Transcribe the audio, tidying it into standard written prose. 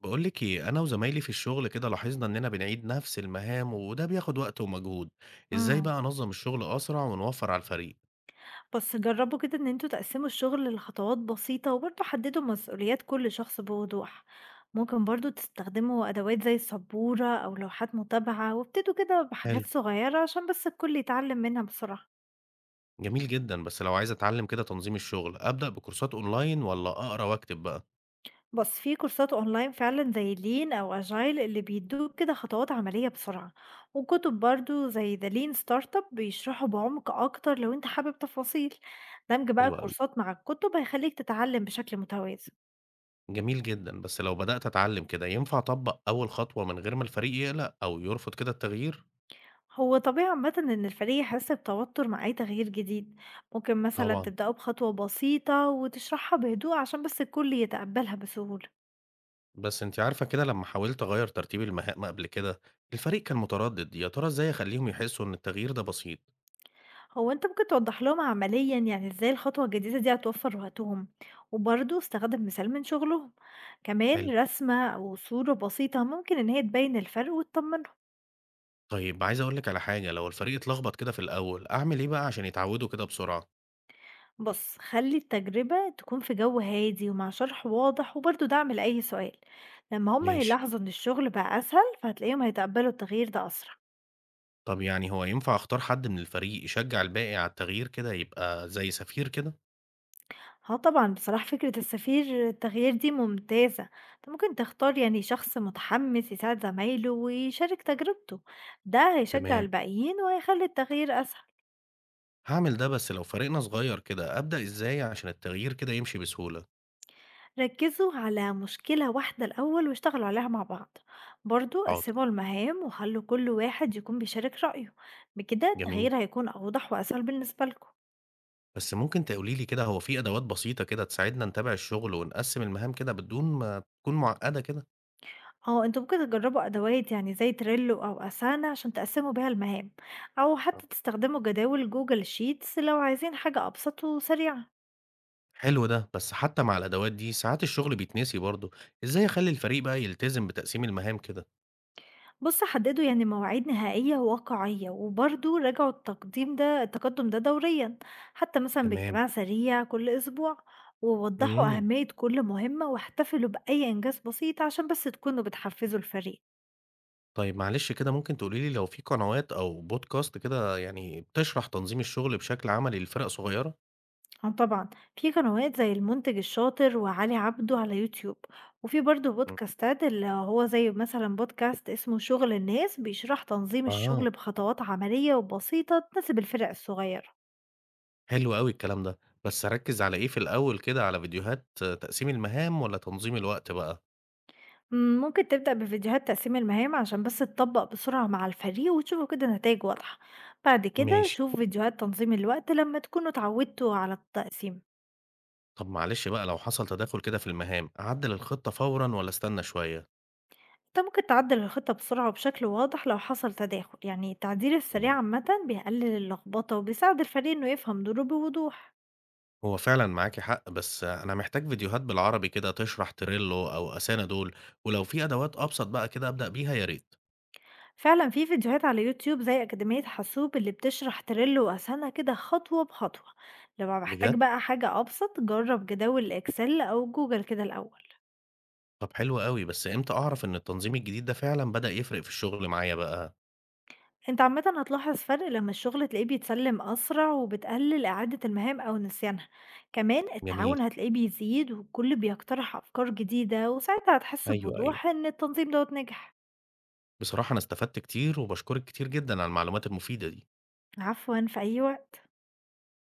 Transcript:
بقولك ايه، انا وزمايلي في الشغل كده لاحظنا اننا بنعيد نفس المهام وده بياخد وقت ومجهود. ازاي إمم. بقى انظم الشغل اسرع ونوفر على الفريق؟ بس جرّبوا كده إن أنتم تقسّموا الشغل لخطوات بسيطة، وبرضه حدّدوا مسؤوليات كل شخص بوضوح. ممكن برضه تستخدموا أدوات زي السبورة أو لوحات متابعة، وابتدوا كده حلو. بحاجات صغيّرة عشان بس الكل يتعلّم منها بسرعة. جميل جدا، بس لو عايز اتعلم كده تنظيم الشغل، ابدا بكورسات اونلاين ولا اقرا واكتب بقى؟ بس في كورسات أونلاين فعلًا زي lean أو agile اللي بيدّوك كده خطوات عملية بسرعة، وكتب برضه زي the lean startup بيشرحوا بعمق أكتر لو أنت حابب تفاصيل. دمج بقى حلو قوي. الكورسات مع الكتب هيخلّيك تتعلّم بشكل متوازن. جميل جدا، بس لو بدات اتعلم كده، ينفع اطبق اول خطوه من غير ما الفريق يقلق او يرفض كده التغيير؟ هو طبيعي عامة إن الفريق يحس بتوتر مع أي تغيير جديد. ممكن مثلا طبعا. تبدأوا بخطوة بسيطة وتشرحها بهدوء عشان بس الكل يتقبلها بسهولة. بس انت عارفه كده، لما حاولت اغير ترتيب المهام قبل كده، الفريق كان متردد. يا ترى ازاي اخليهم يحسوا ان التغيير ده بسيط؟ هو أنت ممكن توضح لهم عمليا يعني إزاي الخطوة الجديدة دي هتوفر وقتهم، وبرضه استخدم مثال من شغلهم، حلو. كمان رسمة أو صورة بسيطة ممكن إن هي تبين الفرق وتطمنهم. طيب عايز أقول لِك على حاجة، لو الفريق اتلخبط كده في الأول، أعمل إيه بقى عشان يتعودوا كده بسرعة؟ بص خلي التجربة تكون في جو هادي ومع شرح واضح وبرضه دعم لأي سؤال. لما هما ماشي. هيلاحظوا إن الشغل بقى أسهل فهتلاقيهم هيتقبلوا التغيير ده أسرع. طب يعني هو ينفع أختار حد من الفريق يشجع الباقي على التغيير كده، يبقى زي سفير كده؟ آه طبعًا، بصراحة فكرة السفير التغيير دي ممتازة، أنت ممكن تختار يعني شخص متحمّس يساعد زمايله ويشارك تجربته، ده هيشجّع تمام. الباقيين وهيخلّي التغيير أسهل، هاعمل ده، بس لو فريقنا صغير كده، أبدأ إزاي عشان التغيير كده يمشي بسهولة؟ ركّزوا على مشكلة واحدة الأول واشتغلوا عليها مع بعض، برضه حاضر. قسّموا المهام وخلّوا كل واحد يكون بيشارك رأيه، بكده جميل. التغيير هيكون أوضح وأسهل بالنسبة لكم. بس ممكن تقولي لي كده، هو في أدوات بسيطة كده تساعدنا نتابع الشغل ونقسم المهام كده بدون ما تكون معقدة كده؟ آه، أنتم ممكن تجربوا أدوات يعني زي تريلو أو أسانا عشان تقسموا بيها المهام، أو حتى آه. تستخدموا جداول جوجل شيتس لو عايزين حاجة أبسط وسريعة. حلو ده، بس حتى مع الأدوات دي ساعات الشغل بيتنسي برضه. إزاي أخلي الفريق بقى يلتزم بتقسيم المهام كده؟ بص حددوا يعني مواعيد نهائية وواقعية وبرضو راجعوا التقديم ده التقدم ده دوريا، حتى مثلا تمام. باجتماع سريع كل أسبوع. ووضحوا إمم. أهمية كل مهمة واحتفلوا بأي إنجاز بسيط عشان بس تكونوا بتحفزوا الفريق. طيب معلش كده، ممكن تقولي لي لو في قنوات أو podcast كده يعني بتشرح تنظيم الشغل بشكل عملي لفرق صغيّرة؟ اه طبعا، في قنوات زي المنتج الشاطر وعلي عبده على يوتيوب، وفي برضه إمم. بودكاستات اللي هو زي مثلا بودكاست اسمه شغل الناس بيشرح تنظيم الشغل آه. بخطوات عملية وبسيطة تناسب الفرق الصغيرة. حلو أوي الكلام ده. بس أركّز على إيه في الأول كده، على فيديوهات تقسيم المهام والّا تنظيم الوقت بقى؟ ممكن تبدأ بفيديوهات تقسيم المهام عشان بس تطبق بسرعة مع الفريق وتشوفوا كده نتائج واضحة، بعد كده ماشي. شوف فيديوهات تنظيم الوقت لما تكونوا اتعودتوا على التقسيم. طب معلش بقى، لو حصل تداخل كده في المهام، أعدّل الخطة فورًا والّا أستنى شوية؟ أنت ممكن تعدل الخطة بسرعة وبشكل واضح لو حصل تداخل، يعني التعديل السريع إمم. عامة بيقلل اللخبطة وبيساعد الفريق إنه يفهم دوره بوضوح. هو فعلًا معاكِ حق، بس أنا محتاج فيديوهات بالعربي كده تشرح Trello أو Asana دول، ولو في أدوات أبسط بقى كده أبدأ بيها يا ريت. فعلا في فيديوهات على يوتيوب زي أكاديمية حاسوب اللي بتشرح تريلو وأسهمها كده خطوة بخطوة. لو محتاج بجد؟! بقى حاجة أبسط جرب جداول الإكسل أو جوجل كده الأول. طب حلو أوي، بس إمتى أعرف إن التنظيم الجديد ده فعلًا بدأ يفرق في الشغل معايا بقى؟ أنت عامةً هتلاحظ فرق لمّا الشغل تلاقيه بيتسلّم أسرع وبتقلل إعادة المهام أو نسيانها، كمان جميل. التعاون هتلاقيه بيزيد والكل بيقترح أفكار جديدة وساعتها هتحس أيوه، أيوه، بوضوح إن التنظيم دوّة نجح. بصراحة أنا استفدت كتير وباشكرِك كتير جدًا على المعلومات المفيدة دي. عفوًا، في أي وقت.